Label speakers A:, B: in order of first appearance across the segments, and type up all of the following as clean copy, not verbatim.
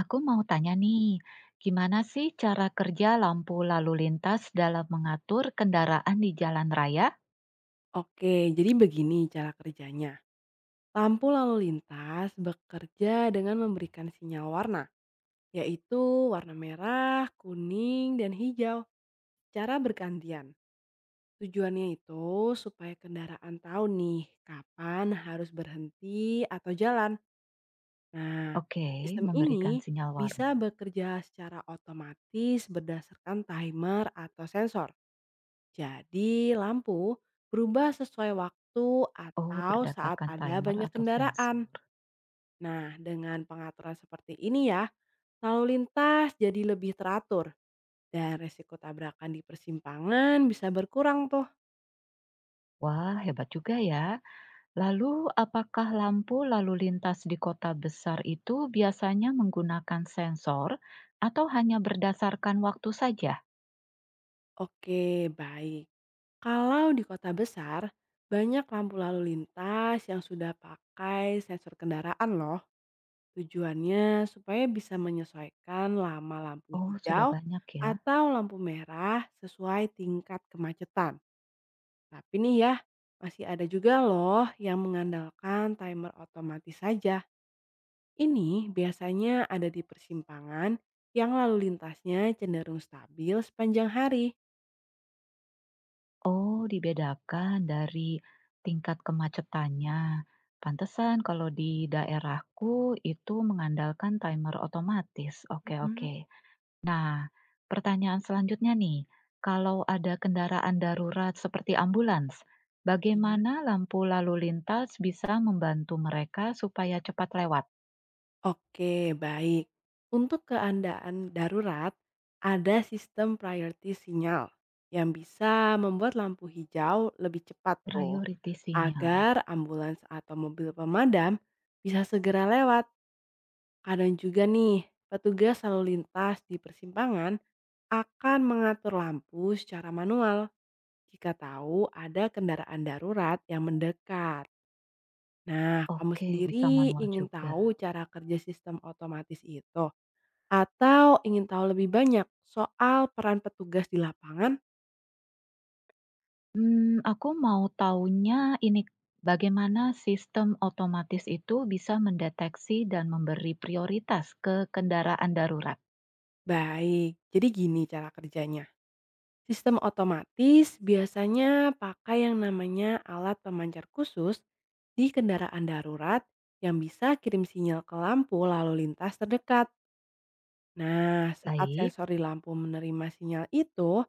A: Aku mau tanya nih, gimana sih cara kerja lampu lalu lintas dalam mengatur kendaraan di jalan raya?
B: Oke, jadi begini cara kerjanya. Lampu lalu lintas bekerja dengan memberikan sinyal warna, yaitu warna merah, kuning, dan hijau secara bergantian. Tujuannya itu supaya kendaraan tahu nih kapan harus berhenti atau jalan. Nah,
A: Oke,
B: sistem
A: memberikan
B: ini
A: sinyal warna.
B: bisa bekerja secara otomatis berdasarkan timer atau sensor. Jadi, lampu berubah sesuai waktu
A: Oh,
B: atau saat
A: berdasarkan
B: ada
A: timer
B: banyak
A: atau
B: kendaraan.
A: sensor.
B: Nah, dengan pengaturan seperti ini ya, lalu lintas jadi lebih teratur dan resiko tabrakan di persimpangan bisa berkurang tuh.
A: Wah, hebat juga ya. Lalu, apakah lampu lalu lintas di kota besar itu biasanya menggunakan sensor atau hanya berdasarkan waktu saja?
B: Oke, baik. Kalau di kota besar, banyak lampu lalu lintas yang sudah pakai sensor kendaraan loh. Tujuannya supaya bisa menyesuaikan lama lampu
A: Oh, sudah
B: hijau
A: banyak ya.
B: atau lampu merah sesuai tingkat kemacetan. Tapi nih ya, masih ada juga loh yang mengandalkan timer otomatis saja. Ini biasanya ada di persimpangan yang lalu lintasnya cenderung stabil sepanjang hari.
A: Oh, dibedakan dari tingkat kemacetannya. Pantesan kalau di daerahku itu mengandalkan timer otomatis. Oke,
B: Mm-mm.
A: oke. Nah, pertanyaan selanjutnya nih, kalau ada kendaraan darurat seperti ambulans,
B: Iya.
A: bagaimana lampu lalu lintas bisa membantu mereka supaya cepat lewat?
B: Oke, baik. Untuk keadaan darurat, ada sistem priority sinyal yang bisa membuat lampu hijau lebih cepat tuh,
A: Priority sinyal.
B: agar ambulans atau mobil pemadam bisa segera lewat. Kadang juga nih, petugas lalu lintas di persimpangan akan mengatur lampu secara manual jika tahu ada kendaraan darurat yang mendekat. Nah, kamu
A: Oke, bisa
B: sendiri
A: manual
B: ingin
A: juga.
B: tahu cara kerja sistem otomatis itu? Atau ingin tahu lebih banyak soal peran petugas di lapangan?
A: Aku mau taunya ini, bagaimana sistem otomatis itu bisa mendeteksi dan memberi prioritas ke kendaraan darurat?
B: Baik, jadi gini cara kerjanya. Sistem otomatis biasanya pakai yang namanya alat pemancar khusus di kendaraan darurat yang bisa kirim sinyal ke lampu lalu lintas terdekat. Nah, saat
A: Baik.
B: sensor di lampu menerima sinyal itu,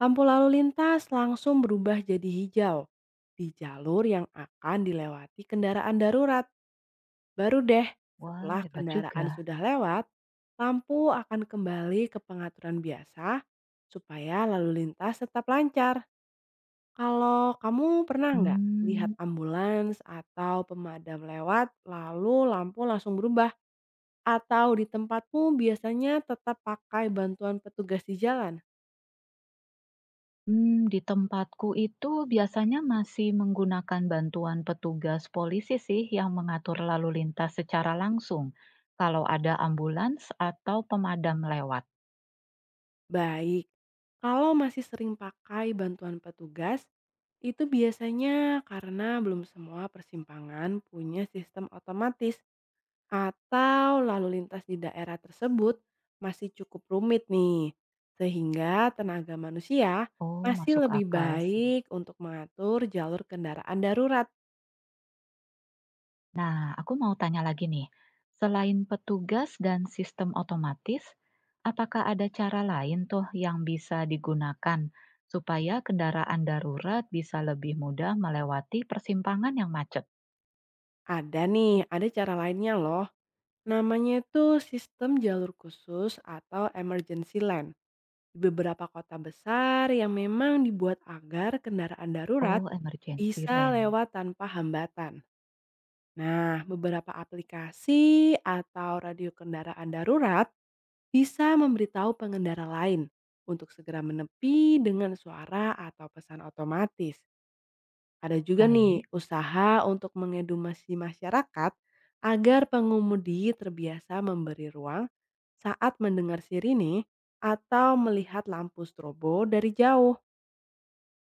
B: lampu lalu lintas langsung berubah jadi hijau di jalur yang akan dilewati kendaraan darurat. Baru deh,
A: Wah,
B: setelah
A: hebat
B: kendaraan
A: juga.
B: sudah lewat, lampu akan kembali ke pengaturan biasa supaya lalu lintas tetap lancar. Kalau kamu pernah nggak lihat
A: Mmm
B: ambulans atau pemadam lewat lalu lampu langsung berubah? Atau di tempatmu biasanya tetap pakai bantuan petugas di jalan?
A: di tempatku itu biasanya masih menggunakan bantuan petugas polisi sih yang mengatur lalu lintas secara langsung, kalau ada ambulans atau pemadam lewat.
B: Baik, kalau masih sering pakai bantuan petugas, itu biasanya karena belum semua persimpangan punya sistem otomatis. Atau lalu lintas di daerah tersebut masih cukup rumit nih, sehingga tenaga manusia
A: Oh,
B: masih
A: masuk
B: lebih
A: akal sih.
B: baik untuk mengatur jalur kendaraan darurat.
A: Nah, aku mau tanya lagi nih. Selain petugas dan sistem otomatis, apakah ada cara lain tuh yang bisa digunakan supaya kendaraan darurat bisa lebih mudah melewati persimpangan yang macet?
B: Ada nih, ada cara lainnya loh. Namanya itu sistem jalur khusus atau emergency lane. Di beberapa kota besar yang memang dibuat agar kendaraan darurat
A: Oh, emergency
B: bisa
A: lane.
B: lewat tanpa hambatan. Nah, beberapa aplikasi atau radio kendaraan darurat bisa memberitahu pengendara lain untuk segera menepi dengan suara atau pesan otomatis. Ada juga nih
A: Baik.
B: usaha untuk mengedumasi masyarakat agar pengemudi terbiasa memberi ruang saat mendengar sirine atau melihat lampu strobo dari jauh.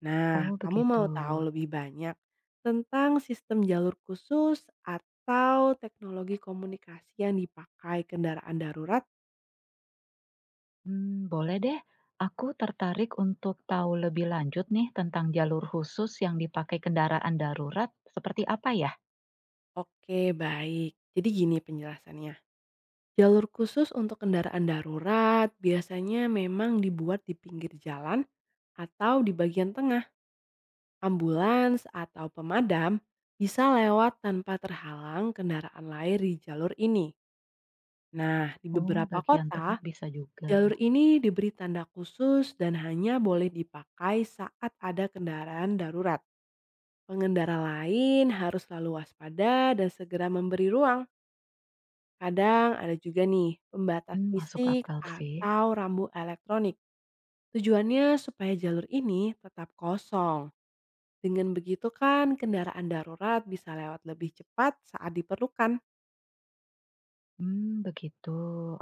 B: Nah,
A: Oh,
B: kamu
A: begitu.
B: mau tahu lebih banyak tentang sistem jalur khusus atau teknologi komunikasi yang dipakai kendaraan darurat?
A: Hmm, boleh deh. Aku tertarik untuk tahu lebih lanjut nih tentang jalur khusus yang dipakai kendaraan darurat seperti apa ya?
B: Oke, baik. Jadi gini penjelasannya. Jalur khusus untuk kendaraan darurat biasanya memang dibuat di pinggir jalan atau di bagian tengah. Ambulans atau pemadam bisa lewat tanpa terhalang kendaraan lain di jalur ini. Nah, di
A: Oh,
B: beberapa
A: bagian
B: kota,
A: tengah bisa juga.
B: jalur ini diberi tanda khusus dan hanya boleh dipakai saat ada kendaraan darurat. Pengendara lain harus selalu waspada dan segera memberi ruang. Kadang ada juga nih pembatas
A: Hmm, masuk
B: fisik
A: akal sih.
B: atau rambu elektronik. Tujuannya supaya jalur ini tetap kosong. Dengan begitu kan kendaraan darurat bisa lewat lebih cepat saat diperlukan.
A: Hmm, begitu.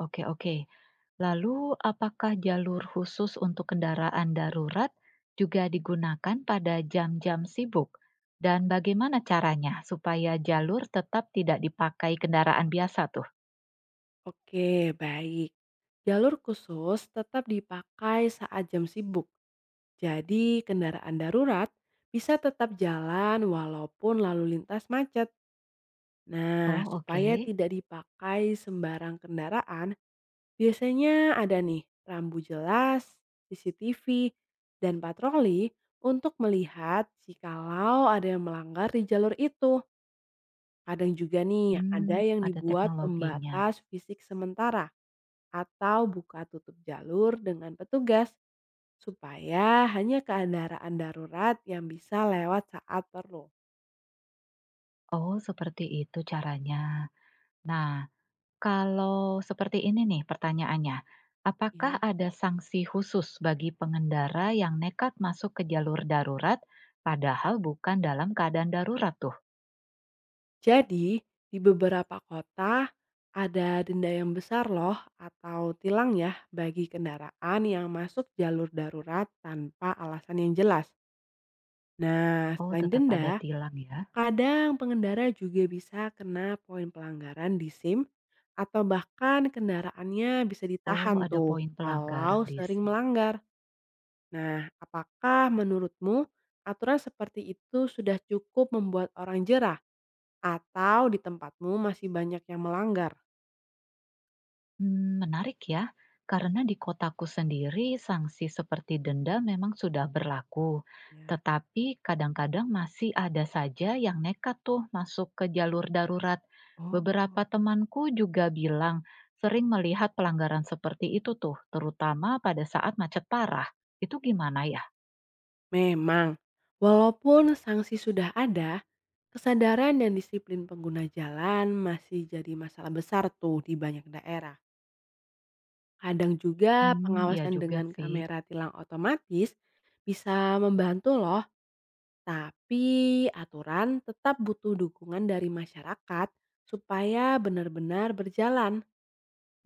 A: Oke, oke. Lalu apakah jalur khusus untuk kendaraan darurat juga digunakan pada jam-jam sibuk? Dan bagaimana caranya supaya jalur tetap tidak dipakai kendaraan biasa tuh?
B: Oke, baik. Jalur khusus tetap dipakai saat jam sibuk. Jadi kendaraan darurat bisa tetap jalan walaupun lalu lintas macet. Nah,
A: Oh, oke.
B: supaya tidak dipakai sembarang kendaraan, biasanya ada nih rambu jelas, CCTV, dan patroli untuk melihat jikalau ada yang melanggar di jalur itu. Kadang juga nih
A: Hmm,
B: ada yang
A: ada
B: dibuat
A: teknologinya.
B: pembatas fisik sementara atau buka tutup jalur dengan petugas supaya hanya kendaraan darurat yang bisa lewat saat perlu.
A: Oh, seperti itu caranya. Nah, kalau seperti ini nih pertanyaannya, apakah
B: Iya.
A: ada sanksi khusus bagi pengendara yang nekat masuk ke jalur darurat padahal bukan dalam keadaan darurat tuh?
B: Jadi, di beberapa kota ada denda yang besar loh atau tilang ya bagi kendaraan yang masuk jalur darurat tanpa alasan yang jelas. Nah,
A: Oh,
B: selain
A: tetap ada
B: denda,
A: tilang ya.
B: kadang pengendara juga bisa kena poin pelanggaran di SIM atau bahkan kendaraannya bisa
A: Oh,
B: ditahan
A: ada
B: tuh
A: poin pelanggaran
B: kalau
A: di
B: sering
A: sini.
B: melanggar. Nah, apakah menurutmu aturan seperti itu sudah cukup membuat orang jerah? Atau di tempatmu masih banyak yang melanggarnya?
A: Menarik ya, karena di kotaku sendiri sanksi seperti denda memang sudah berlaku. Tetapi kadang-kadang masih ada saja yang nekat tuh masuk ke jalur darurat. Beberapa
B: Oh.
A: temanku juga bilang sering melihat pelanggaran seperti itu tuh, terutama pada saat macet parah. Itu gimana ya?
B: Memang, walaupun sanksi sudah ada, kesadaran dan disiplin pengguna jalan masih jadi masalah besar tuh di banyak daerah. Kadang juga
A: Hmm, iya
B: pengawasan
A: juga
B: dengan
A: sih.
B: kamera tilang otomatis bisa membantu loh, tapi aturan tetap butuh dukungan dari masyarakat supaya benar-benar berjalan.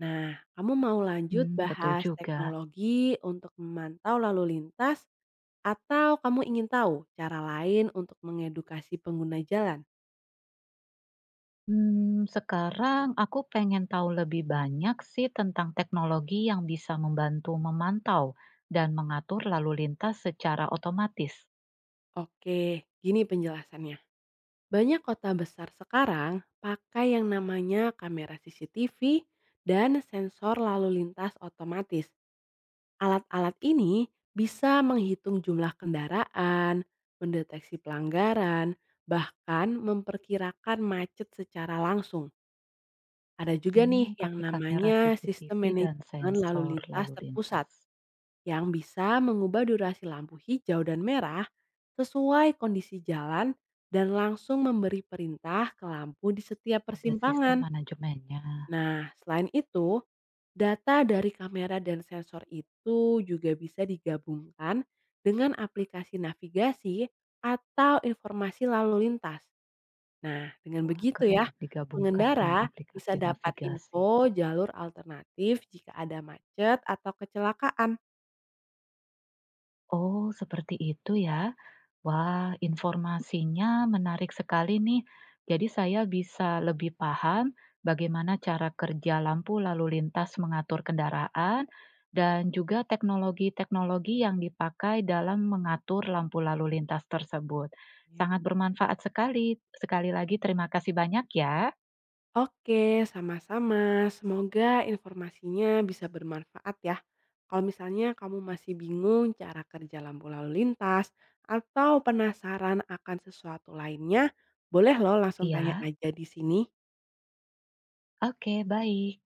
B: Nah, kamu mau lanjut
A: Hmm, betul
B: bahas
A: juga.
B: teknologi untuk memantau lalu lintas atau kamu ingin tahu cara lain untuk mengedukasi pengguna jalan?
A: Sekarang aku pengen tahu lebih banyak sih tentang teknologi yang bisa membantu memantau dan mengatur lalu lintas secara otomatis.
B: Oke, gini penjelasannya. Banyak kota besar sekarang pakai yang namanya kamera CCTV dan sensor lalu lintas otomatis. Alat-alat ini bisa menghitung jumlah kendaraan, mendeteksi pelanggaran, bahkan memperkirakan macet secara langsung. Ada juga nih
A: Hmm,
B: yang
A: pakai kamera
B: namanya
A: CCTV
B: sistem
A: dan
B: manajemen lalu
A: sensor
B: lintas
A: lalu
B: terpusat
A: lintas.
B: yang bisa mengubah durasi lampu hijau dan merah sesuai kondisi jalan dan langsung memberi perintah ke lampu di setiap
A: Ada sistem
B: persimpangan.
A: manajemennya.
B: Nah, selain itu, data dari kamera dan sensor itu juga bisa digabungkan dengan aplikasi navigasi atau informasi lalu lintas. Nah, dengan
A: Wah,
B: begitu
A: keren
B: ya,
A: digabungkan dengan
B: pengendara bisa
A: aplikasi
B: dapat
A: navigasi.
B: info jalur alternatif jika ada macet atau kecelakaan.
A: Oh, seperti itu ya. Wah, informasinya menarik sekali nih. Jadi saya bisa lebih paham bagaimana cara kerja lampu lalu lintas mengatur kendaraan dan juga teknologi-teknologi yang dipakai dalam mengatur lampu lalu lintas tersebut.
B: Ya.
A: Sangat bermanfaat sekali. Sekali lagi terima kasih banyak ya.
B: Oke, sama-sama. Semoga informasinya bisa bermanfaat ya. Kalau misalnya kamu masih bingung cara kerja lampu lalu lintas atau penasaran akan sesuatu lainnya, boleh loh langsung tanya
A: Iya,
B: aja di sini.
A: oke, baik.